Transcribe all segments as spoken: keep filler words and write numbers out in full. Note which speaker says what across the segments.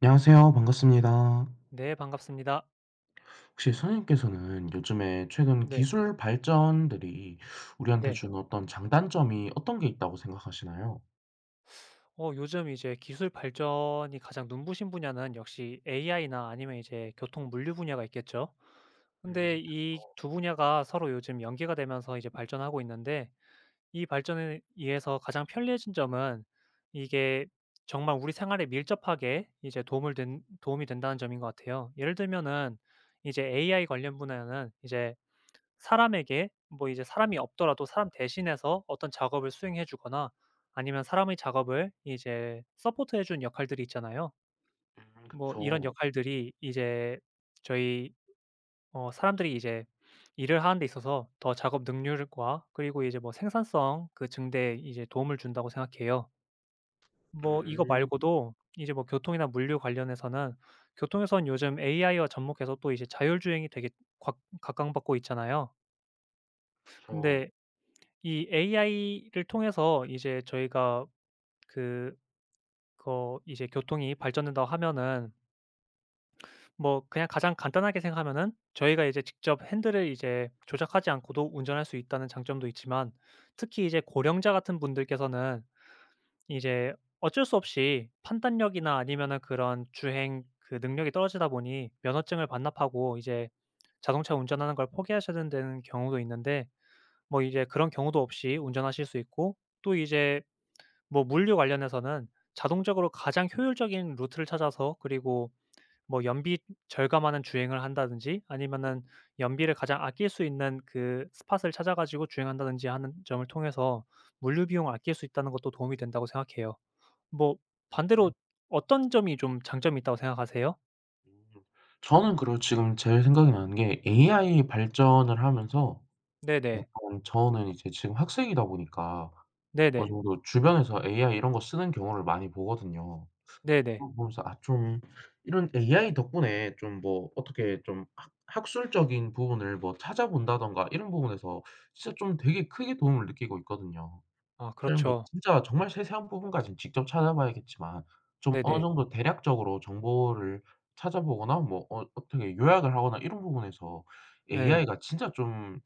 Speaker 1: 안녕하세요. 반갑습니다.
Speaker 2: 네, 반갑습니다.
Speaker 1: 혹시 선생님께서는 요즘에 최근
Speaker 2: 네.
Speaker 1: 기술 발전들이 우리한테
Speaker 2: 네.
Speaker 1: 주는 어떤 장단점이 어떤 게 있다고 생각하시나요?
Speaker 2: 어 요즘 이제 기술 발전이 가장 눈부신 분야는 역시 에이아이나 아니면 이제 교통 물류 분야가 있겠죠. 근데
Speaker 1: 음.
Speaker 2: 이 두 분야가 서로 요즘 연계가 되면서 이제 발전하고 있는데 이 발전에 의해서 가장 편리해진 점은 이게 정말 우리 생활에 밀접하게 이제 도움을 된 도움이 된다는 점인 것 같아요. 예를 들면은 이제 에이아이 관련 분야는 이제 사람에게 뭐 이제 사람이 없더라도 사람 대신해서 어떤 작업을 수행해 주거나 아니면 사람의 작업을 이제 서포트해 주는 역할들이 있잖아요.
Speaker 1: 음,
Speaker 2: 뭐 이런
Speaker 1: 그쵸.
Speaker 2: 역할들이 이제 저희 어 사람들이 이제 일을 하는 데 있어서 더 작업 능률과 그리고 이제 뭐 생산성 그 증대에 이제 도움을 준다고 생각해요. 뭐 이거
Speaker 1: 음,
Speaker 2: 말고도 이제 뭐 교통이나 물류 관련해서는 교통에선 요즘 에이아이와 접목해서 또 이제 자율주행이 되게 곽 각광받고 있잖아요.
Speaker 1: 그쵸.
Speaker 2: 근데 이 에이아이를 통해서 이제 저희가 그거 이제 교통이 발전된다고 하면은 뭐 그냥 가장 간단하게 생각하면은 저희가 이제 직접 핸들을 이제 조작하지 않고도 운전할 수 있다는 장점도 있지만, 특히 이제 고령자 같은 분들께서는 이제 어쩔 수 없이 판단력이나 아니면은 그런 주행 그 능력이 떨어지다 보니 면허증을 반납하고 이제 자동차 운전하는 걸 포기하셔야 되는 경우도 있는데, 뭐 이제 그런 경우도 없이 운전하실 수 있고, 또 이제 뭐 물류 관련해서는 자동적으로 가장 효율적인 루트를 찾아서, 그리고 뭐 연비 절감하는 주행을 한다든지, 아니면은 연비를 가장 아낄 수 있는 그 스팟을 찾아 가지고 주행한다든지 하는 점을 통해서 물류 비용을 아낄 수 있다는 것도 도움이 된다고 생각해요. 뭐 반대로 어떤 점이 좀 장점이 있다고 생각하세요?
Speaker 1: 음. 저는 그리고 지금 제일 생각이 나는 게 에이아이 발전을 하면서
Speaker 2: 네네.
Speaker 1: 약간 저는 이제 지금 학생이다 보니까 어느
Speaker 2: 네네.
Speaker 1: 정도 주변에서 에이아이 이런 거 쓰는 경우를 많이 보거든요.
Speaker 2: 네네.
Speaker 1: 어 뭐, 그래서 아 좀 이런 에이아이 덕분에 좀 뭐 어떻게 좀 학 학술적인 부분을 뭐 찾아본다든가 이런 부분에서 진짜 좀 되게 크게 도움을 느끼고 있거든요.
Speaker 2: 아
Speaker 1: 그냥 뭐
Speaker 2: 그렇죠.
Speaker 1: 진짜 정말 세세한 부분까지 직접 찾아봐야겠지만 좀 어느
Speaker 2: 네네.
Speaker 1: 정도 대략적으로 정보를 찾아보거나 뭐 어 어떻게 요약을 하거나 이런 부분에서
Speaker 2: 예.
Speaker 1: 에이아이가 진짜 좀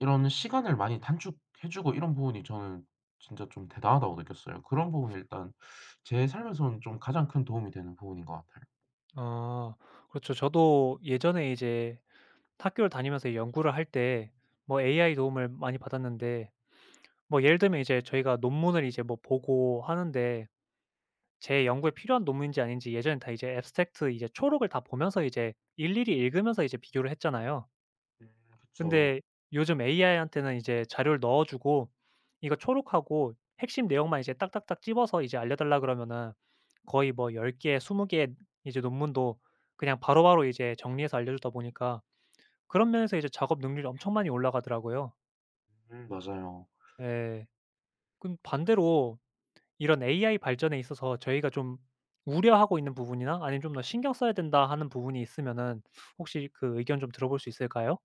Speaker 1: 이런 시간을 많이 단축해 주고 이런 부분이 저는 진짜 좀 대단하다고 느꼈어요. 그런 부분이 일단 제 삶에서는 좀 가장 큰 도움이 되는 부분인 것 같아요.
Speaker 2: 아 그렇죠. 저도 예전에 이제 학교를 다니면서 연구를 할 때 뭐 에이아이 도움을 많이 받았는데, 뭐 예를 들면 이제 저희가 논문을 이제 뭐 보고 하는데, 제 연구에 필요한 논문인지 아닌지 예전에 다 이제 앱스트랙트, 이제 초록을 다 보면서 이제 일일이 읽으면서 이제 비교를 했잖아요.
Speaker 1: 음. 그쵸.
Speaker 2: 근데 요즘 에이아이한테는 이제 자료를 넣어 주고 이거 초록하고 핵심 내용만 이제 딱딱딱 찝어서 이제 알려달라 그러면은, 거의 뭐 열 개 스무 개의 이제 논문도 그냥 바로바로 이제 정리해서 알려주다 보니까, 그런 면에서 이제 작업 능률이 엄청 많이 올라가더라고요.
Speaker 1: 음, 맞아요.
Speaker 2: 예. 그럼 반대로 이런 에이아이 발전에 있어서 저희가 좀 우려하고 있는 부분이나, 아니면 '좀 더 신경 써야 된다.' 하는 부분이 있으면은 혹시 그 의견 좀 들어볼 수 있을까요?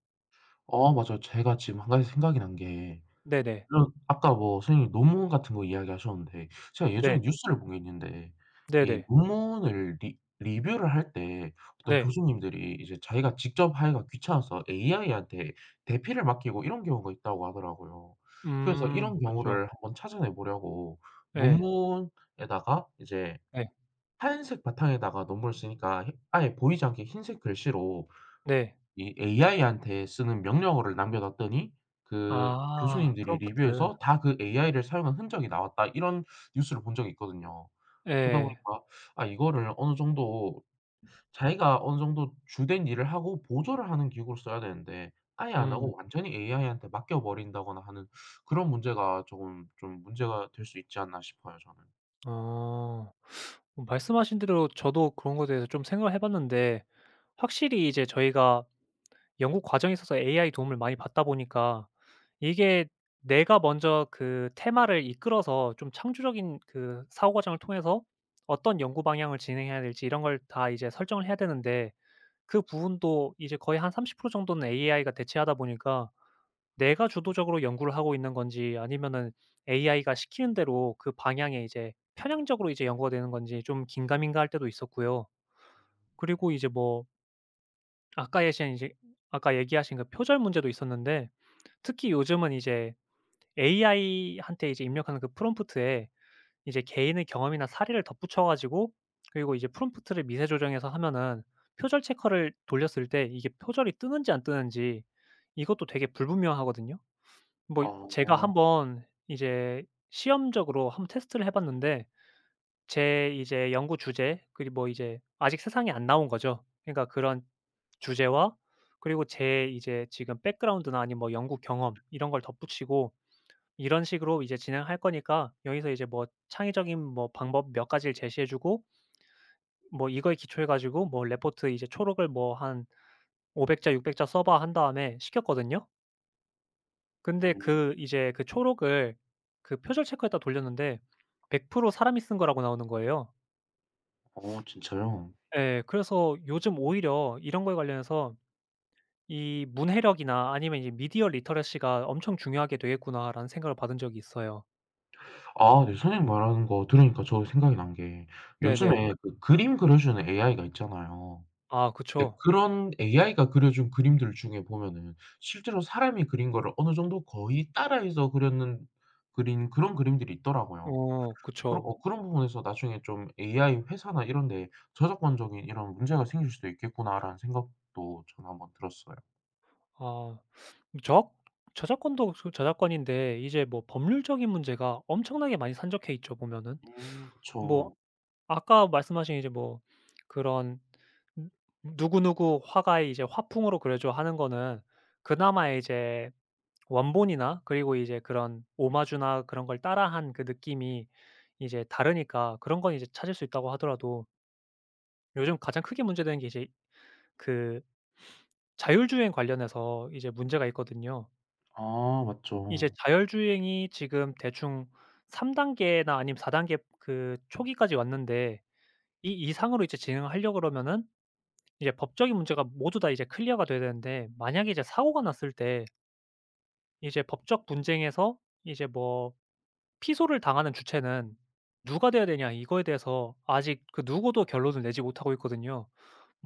Speaker 1: 어, 맞아요. 제가 지금 한 가지 생각이 난게
Speaker 2: 네네.
Speaker 1: 그럼 아까 뭐 선생님이 논문 같은 거 이야기하셨는데 제가
Speaker 2: 네.
Speaker 1: 예전에 뉴스를 본 게 있는데 이
Speaker 2: 네네.
Speaker 1: 논문을 리 리뷰를 할 때 어떤
Speaker 2: 네.
Speaker 1: 교수님들이 이제 자기가 직접 하기가 귀찮아서 에이아이한테 대피를 맡기고 이런 경우가 있다고 하더라고요. 그래서
Speaker 2: 음
Speaker 1: 이런
Speaker 2: 그렇죠.
Speaker 1: 경우를 한번 찾아내 보려고
Speaker 2: 예.
Speaker 1: 논문에다가 이제
Speaker 2: 예.
Speaker 1: 하얀색 바탕에다가 논문을 쓰니까 흰 아예 보이지 않게 흰색 글씨로
Speaker 2: 네.
Speaker 1: 이 에이아이한테 쓰는 명령어를 남겨 놨더니 그
Speaker 2: 아
Speaker 1: 교수님들이
Speaker 2: 프롬프트.
Speaker 1: 리뷰에서 다 그 에이아이를 사용한 흔적이 나왔다 이런 뉴스를 본 적이 있거든요. 그러다
Speaker 2: 예.
Speaker 1: 보니까 아, 이거를 어느 정도 자기가 어느 정도 주된 일을 하고 보조를 하는 기구로 써야 되는데 아예 안
Speaker 2: 음.
Speaker 1: 하고 완전히 에이아이한테 맡겨 버린다거나 하는 그런 문제가 조금 좀 문제가 될 수 있지 않나 싶어요, 저는.
Speaker 2: 어. 말씀하신 대로 저도 그런 거에 대해서 좀 생각을 해 봤는데, 확실히 이제 저희가 연구 과정에 있어서 에이아이 도움을 많이 받다 보니까, 이게 내가 먼저 그 테마를 이끌어서 좀 창조적인 그 사고 과정을 통해서 어떤 연구 방향을 진행해야 될지 이런 걸 다 이제 설정을 해야 되는데, 그 부분도 이제 거의 한 삼십 프로 정도는 에이아이가 대체하다 보니까 내가 주도적으로 연구를 하고 있는 건지, 아니면은 에이아이가 시키는 대로 그 방향에 이제 편향적으로 이제 연구가 되는 건지 좀 긴가민가할 때도 있었고요. 그리고 이제 뭐 아까 예시한 이제 아까 얘기하신 그 표절 문제도 있었는데, 특히 요즘은 이제 에이아이한테 이제 입력하는 그 프롬프트에 이제 개인의 경험이나 사례를 덧붙여 가지고, 그리고 이제 프롬프트를 미세 조정해서 하면은 표절 체커를 돌렸을 때 이게 표절이 뜨는지 안 뜨는지, 이것도 되게 불분명하거든요. 뭐 제가
Speaker 1: 아.
Speaker 2: 한번 이제 시험적으로 한번 테스트를 해 봤는데, 제 이제 연구 주제, 그리고 뭐 이제 아직 세상에 안 나온 거죠. 그러니까 그런 주제와, 그리고 제 이제 지금 백그라운드나 아니면 뭐 연구 경험 이런 걸 덧붙이고 "이런 식으로 이제 진행할 거니까 여기서 이제 뭐 창의적인 뭐 방법 몇 가지를 제시해 주고, 뭐 이거에 기초해 가지고 뭐 레포트 이제 초록을 뭐 한 오백 자 육백 자 써 봐." 한 다음에 시켰거든요. 근데
Speaker 1: 음.
Speaker 2: 그 이제 그 초록을 그 표절 체크에다 돌렸는데 백 프로 사람이 쓴 거라고 나오는 거예요.
Speaker 1: 어, 진짜요?
Speaker 2: 예. 그래서 요즘 오히려 이런 거에 관련해서 이 '문해력이나 아니면 이제 미디어 리터러시가 엄청 중요하게 되겠구나.'라는 생각을 받은 적이 있어요.
Speaker 1: 아, 네. 선생님 말하는 거 들으니까 저 생각이 난 게
Speaker 2: 네네.
Speaker 1: 요즘에 그 그림 그려주는 에이아이가 있잖아요.
Speaker 2: 아
Speaker 1: 네,
Speaker 2: 그쵸.
Speaker 1: 그런 에이아이가 그려준 그림들 중에 보면은 실제로 사람이 그린 거를 어느 정도 거의 따라해서 그렸는 그린 그런 그림들이 있더라고요.
Speaker 2: 어
Speaker 1: 그런
Speaker 2: 그쵸.
Speaker 1: 어 그런 부분에서 '나중에 좀 에이아이 회사나 이런 데에 저작권적인 이런 문제가 생길 수도 있겠구나.'라는 생각도 저는 한번 들었어요.
Speaker 2: 아저 저작권도 저 저작권인데, 이제 뭐 법률적인 문제가 엄청나게 많이 산적해 있죠 보면은.
Speaker 1: 음,
Speaker 2: 뭐
Speaker 1: 그쵸.
Speaker 2: 아까 말씀하신 이제 뭐 그런 "누 누구누구 화가의 이제 화풍으로 그려줘." 하는 거는, 그나마 이제 원본이나 그리고 이제 그런 오마주나 그런 걸 따라한 그 느낌이 이제 다르니까 그런 건 이제 찾을 수 있다고 하더라도, 요즘 가장 크게 문제되는 게 이제 그 자율주행 관련해서 이제 문제가 있거든요.
Speaker 1: 아,
Speaker 2: 이제
Speaker 1: 맞죠.
Speaker 2: 자율주행이 지금 대충 삼 단계나 아니면 사 단계 그 초기까지 왔는데, 이 이상으로 이제 진행하려고 그러면은 이제 법적인 문제가 모두 다 이제 클리어가 돼야 되는데, 만약에 이제 사고가 났을 때 이제 법적 분쟁에서 이제 뭐 피소를 당하는 주체는 누가 돼야 되냐, 이거에 대해서 아직 그 누구도 결론을 내지 못하고 있거든요.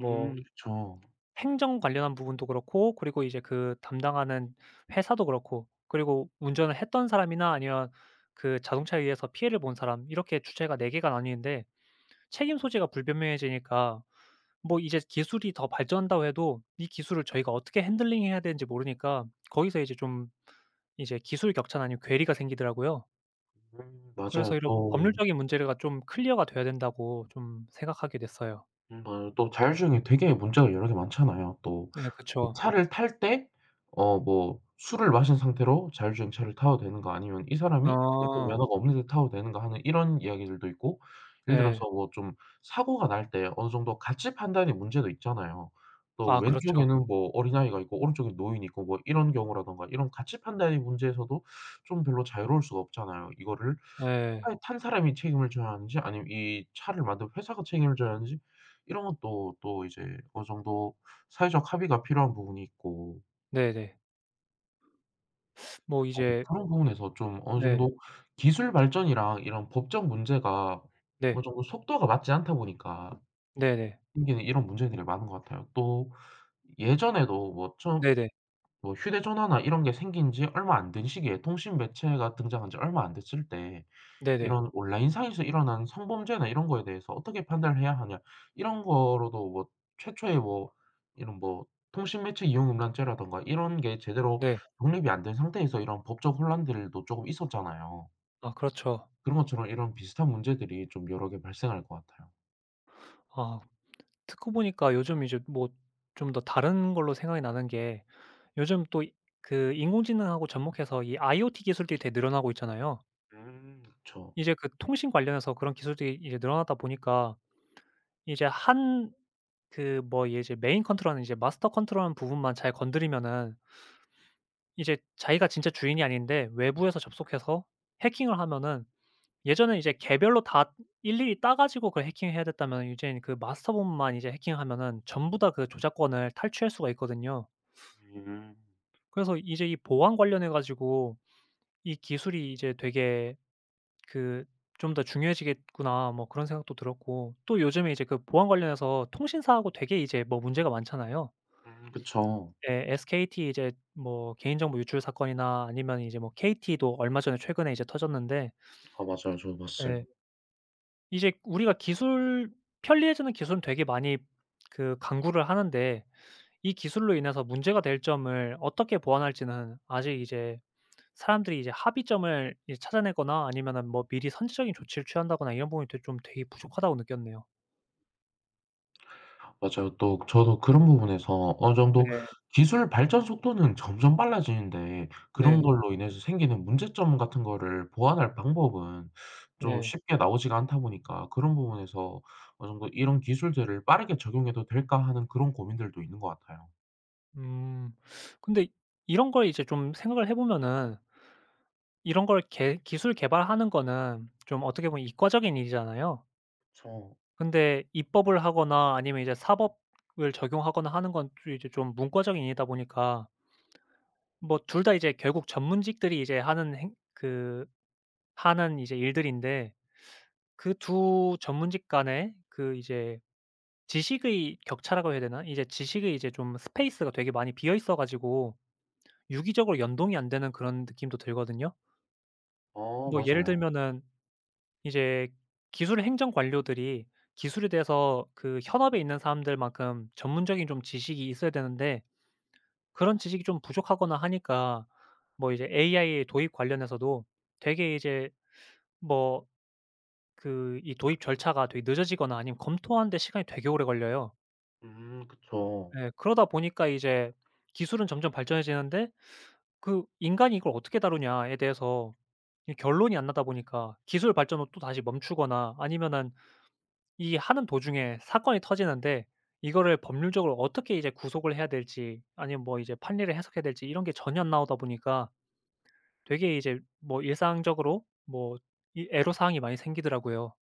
Speaker 1: 음, 그쵸.
Speaker 2: 행정 관련한 부분도 그렇고, 그리고 이제 그 담당하는 회사도 그렇고, 그리고 운전을 했던 사람이나 아니면 그 자동차에 의해서 피해를 본 사람, 이렇게 주체가 네 개가 나뉘는데 책임 소재가 불분명해지니까, 뭐 이제 기술이 더 발전한다고 해도 이 기술을 저희가 어떻게 핸들링해야 되는지 모르니까, 거기서 이제 좀 이제 기술 격차나 아니면 괴리가 생기더라고요.
Speaker 1: 음, 맞아요.
Speaker 2: 그래서 이런
Speaker 1: 또
Speaker 2: 법률적인 문제가 좀 클리어가 돼야 된다고 좀 생각하게 됐어요.
Speaker 1: 음, 맞아요. 또 자율주행이 되게 문제가 여러 개 많잖아요. 또
Speaker 2: 네
Speaker 1: 그
Speaker 2: 그쵸.
Speaker 1: 차를 탈 때 어 뭐 술을 마신 상태로 자율주행 차를 타도 되는가 아니면 이 사람이
Speaker 2: 아.
Speaker 1: 운전면허가 없는데 타도 되는가 하는 이런 이야기들도 있고 예를 들어서
Speaker 2: 예.
Speaker 1: 뭐 좀 사고가 날 때 어느 정도 가치 판단의 문제도 있잖아요. 또
Speaker 2: 아 그렇죠.
Speaker 1: 왼쪽에는 뭐 어린아이가 있고 오른쪽에 노인이 있고 뭐 이런 경우라든가 이런 가치 판단의 문제에서도 좀 별로 자유로울 수가 없잖아요. 이거를
Speaker 2: 예.
Speaker 1: 차에 탄 사람이 책임을 져야 하는지 아니면 이 차를 만든 회사가 책임을 져야 하는지 이런 것도 또 이제 어느 정도 사회적 합의가 필요한 부분이 있고
Speaker 2: 네네. 뭐
Speaker 1: 어, 네,
Speaker 2: 이제.
Speaker 1: 그런 부분에서 좀 어느
Speaker 2: 네.
Speaker 1: 정도 기술 발전이랑 이런 법적 문제가 어느
Speaker 2: 네.
Speaker 1: 정도 속도가 맞지 않다 보니까
Speaker 2: 네네.
Speaker 1: 생기는 이런 문제들이 많은 것 같아요. 또 예전에도 뭐 처음
Speaker 2: 네네.
Speaker 1: 뭐 휴대전화나 이런 게 생긴 지 얼마 안 된 시기에 통신 매체가 등장한 지 얼마 안 됐을 때
Speaker 2: 네네.
Speaker 1: 이런 '온라인상에서 일어난 성범죄나 이런 거에 대해서 어떻게 판단을 해야 하냐.' 이런 거로도 뭐 최초의 뭐 이런 뭐 통신매체 이용음란죄라든가 이런 게 제대로
Speaker 2: 네.
Speaker 1: 독립이 안 된 상태에서 이런 법적 혼란들도 조금 있었잖아요.
Speaker 2: 아 그렇죠.
Speaker 1: 그런 것처럼 이런 비슷한 문제들이 좀 여러 개 발생할 것 같아요.
Speaker 2: 아 듣고 보니까 요즘 이제 뭐 좀 더 다른 걸로 생각이 나는 게, 요즘 또 이 그 인공지능하고 접목해서 이 아이오티 기술들이 되게 늘어나고 있잖아요.
Speaker 1: 음. 그쵸.
Speaker 2: 이제 그 통신 관련해서 그런 기술들이 이제 늘어나다 보니까 이제 한 그 뭐 얘 이제 메인 컨트롤은는 이제 마스터 컨트롤하는 부분만 잘 건드리면은 이제 자기가 진짜 주인이 아닌데 외부에서 접속해서 해킹을 하면은, 예전에 이제 개별로 다 일일이 따 가지고 그걸 해킹해야 됐다면 이젠 그 마스터 부분만 이제 해킹하면은 전부 다 그 저작권을 탈취할 수가 있거든요.
Speaker 1: 음.
Speaker 2: 그래서 이제 이 보안 관련해 가지고 '이 기술이 이제 되게 그 좀 더 중요해지겠구나.' 뭐 그런 생각도 들었고, 또 요즘에 이제 그 보안 관련해서 통신사하고 되게 이제 뭐 문제가 많잖아요.
Speaker 1: 음. 그쵸.
Speaker 2: 네. 에스케이티 이제 뭐 개인정보 유출 사건이나, 아니면 이제 뭐 케이티도 얼마 전에 최근에 이제 터졌는데,
Speaker 1: 아, 맞아요. 저도 봤어요.
Speaker 2: 예 이제 우리가 기술 편리해지는 기술은 되게 많이 그 강구를 하는데, 이 기술로 인해서 문제가 될 점을 어떻게 보완할지는 아직 이제 사람들이 이제 합의점을 이제 찾아내거나, 아니면은 뭐 미리 선제적인 조치를 취한다거나, 이런 부분이 되게 좀 되게 부족하다고 느꼈네요.
Speaker 1: 맞아요. 또 저도 그런 부분에서 어느
Speaker 2: 네.
Speaker 1: 정도 기술 발전 속도는 점점 빨라지는데 그런
Speaker 2: 네.
Speaker 1: 걸로 인해서 생기는 문제점 같은 거를 보완할 방법은 좀
Speaker 2: 네.
Speaker 1: 쉽게 나오지가 않다 보니까 그런 부분에서 어느 정도 '이런 기술들을 빠르게 적용해도 될까?' 하는 그런 고민들도 있는 것 같아요.
Speaker 2: 음. 근데 이런 걸 이제 좀 생각을 해 보면은, 이런 걸 개 기술 개발하는 거는 좀 어떻게 보면 이과적인 일이잖아요.
Speaker 1: 그쵸.
Speaker 2: 근데 입법을 하거나 아니면 이제 사법을 적용하거나 하는 건 또 이제 좀 문과적인 일이다 보니까, 뭐 둘 다 이제 결국 전문직들이 이제 하는 행 그 하는 이제 일들인데, 그 두 전문직 간의 그 이제 지식의 격차라고 해야 되나? 이제 지식의 이제 좀 스페이스가 되게 많이 비어 있어 가지고 유기적으로 연동이 안 되는 그런 느낌도 들거든요.
Speaker 1: 어,
Speaker 2: 뭐 예를
Speaker 1: 맞아요.
Speaker 2: 들면은 이제 기술 행정 관료들이 기술에 대해서 그 현업에 있는 사람들만큼 전문적인 좀 지식이 있어야 되는데, 그런 지식이 좀 부족하거나 하니까 뭐 이제 에이아이 도입 관련해서도 되게 이제 뭐 그 이 도입 절차가 되게 늦어지거나 아니면 검토하는 데 시간이 되게 오래 걸려요.
Speaker 1: 음, 그쵸.
Speaker 2: 예. 그러다 보니까 이제 기술은 점점 발전해지는데, 그 인간이 이걸 어떻게 다루냐에 대해서 이 결론이 안 나다 보니까 기술 발전은 또다시 멈추거나, 아니면은 이 하는 도중에 사건이 터지는데, 이거를 법률적으로 어떻게 이제 구속을 해야 될지 아니면 뭐 이제 판례를 해석해야 될지 이런 게 전혀 안 나오다 보니까, 되게 이제 뭐 일상적으로 뭐 이 애로사항이 많이 생기더라고요.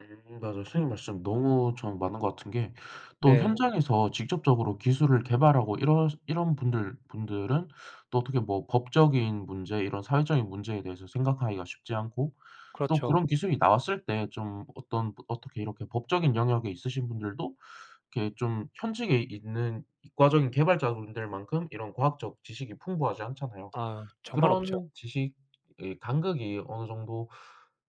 Speaker 1: 음, 맞아요. 선생님 말씀 너무 전 맞는 것 같은 게 또 네.
Speaker 2: 네.
Speaker 1: 현장에서 직접적으로 기술을 개발하고 이런 이런 분들 분들은 또 어떻게 뭐 법적인 문제 이런 사회적인 문제에 대해서 생각하기가 쉽지 않고 또
Speaker 2: 그렇죠.
Speaker 1: 그런 기술이 나왔을 때 좀 어떤 어떻게 이렇게 법적인 영역에 있으신 분들도 이렇게 좀 현직에 있는 이과적인 개발자분들만큼 이런 과학적 지식이 풍부하지 않잖아요.
Speaker 2: 아 정말 없죠.
Speaker 1: 그런 지식 이 간극이 어느 정도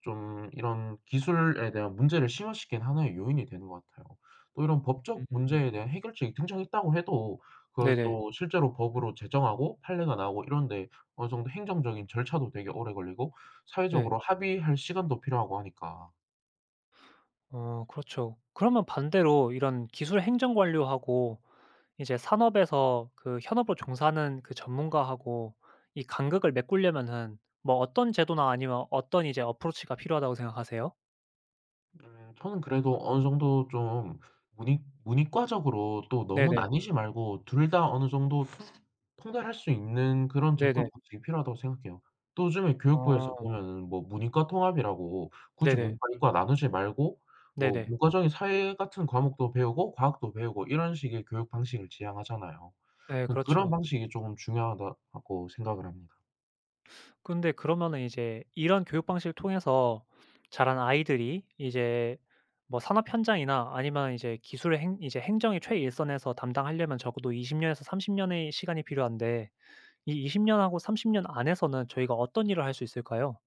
Speaker 1: 좀 이런 기술에 대한 문제를 심화시킨 하나의 요인이 되는 것 같아요. 또 이런 법적
Speaker 2: 음.
Speaker 1: 문제에 대한 해결책이 등장했다고 해도 그걸
Speaker 2: 네네.
Speaker 1: 또 실제로 법으로 제정하고 판례가 나오고 이런 데 어느 정도 행정적인 절차도 되게 오래 걸리고
Speaker 2: 네.
Speaker 1: 사회적으로 합의할 시간도 필요하고 하니까
Speaker 2: 어 그렇죠. 그러면 반대로 이런 기술 행정 관료하고 이제 산업에서 그 현업으로 종사하는 그 전문가하고 이 간극을 메꾸려면은, 뭐 어떤 제도나 아니면 어떤 이제 어프로치가 필요하다고 생각하세요?
Speaker 1: 음, 저는 그래도 어느 정도 좀 문이 문이과적으로 또 너무
Speaker 2: 네네.
Speaker 1: 나뉘지 말고 둘 다 어느 정도 통 통달할 수 있는 그런
Speaker 2: 네네.
Speaker 1: 접근 방식이 필요하다고 생각해요. 또 요즘에 교육부에서
Speaker 2: 어
Speaker 1: 보면은 뭐 문이과 통합이라고 굳이 문과
Speaker 2: 네네.
Speaker 1: 이과 나누지 말고 뭐
Speaker 2: 네네.
Speaker 1: 문과적인 사회 같은 과목도 배우고 과학도 배우고 이런 식의 교육 방식을 지향하잖아요.
Speaker 2: 예
Speaker 1: 저는 그런
Speaker 2: 그렇죠.
Speaker 1: 방식이 조금 중요하다고 생각을 합니다.
Speaker 2: 근데 그러면은 이제 이런 교육 방식을 통해서 자란 아이들이 이제 뭐 산업 현장이나 아니면 이제 기술의 행 이제 행정의 최일선에서 담당하려면 적어도 이십 년에서 삼십 년의 시간이 필요한데, 이 이십 년하고 삼십 년 안에서는 저희가 어떤 일을 할 수 있을까요?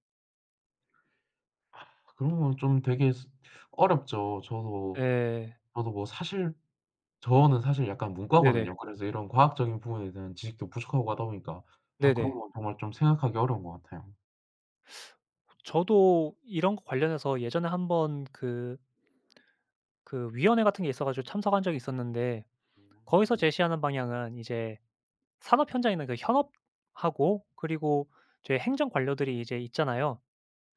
Speaker 1: 그런 건 좀 되게 스 어렵죠. 저도
Speaker 2: 예.
Speaker 1: 저도 뭐 사실 저는 사실 약간
Speaker 2: 네네.
Speaker 1: 문과거든요. 네. 그래서 이런 과학적인 부분에 대한 지식도 부족하고 하다 보니까 아, 그런
Speaker 2: 네네.
Speaker 1: 건 정말 좀 생각하기 어려운 것 같아요.
Speaker 2: 저도 이런 거 관련해서 예전에 한번 그 그 위원회 같은 게 있어 가지고 참석한 적이 있었는데,
Speaker 1: 음.
Speaker 2: 거기서 제시하는 방향은 이제 산업 현장에 있는 그 현업하고 그리고 저희 행정 관료들이 이제 있잖아요.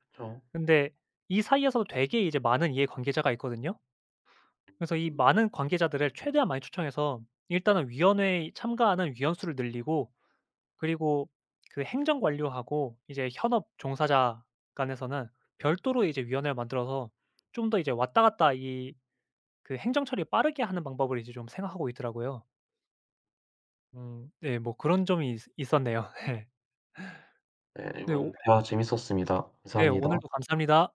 Speaker 1: 그쵸.
Speaker 2: 근데 이 사이에서도 되게 이제 많은 이해관계자가 있거든요. 그래서 이 많은 관계자들을 최대한 많이 초청해서 일단은 위원회에 참가하는 위원 수를 늘리고, 그리고 그 행정 관료하고 이제 현업 종사자 간에서는 별도로 이제 위원회를 만들어서 좀 더 이제 왔다 갔다 이 그 행정 처리 빠르게 하는 방법을 이제 좀 생각하고 있더라고요. 음 네 뭐 그런 점이 있 있었네요. 네.
Speaker 1: 네,
Speaker 2: 네 오
Speaker 1: 이번 대화 재밌었습니다.
Speaker 2: 네
Speaker 1: 감사합니다.
Speaker 2: 오늘도 감사합니다.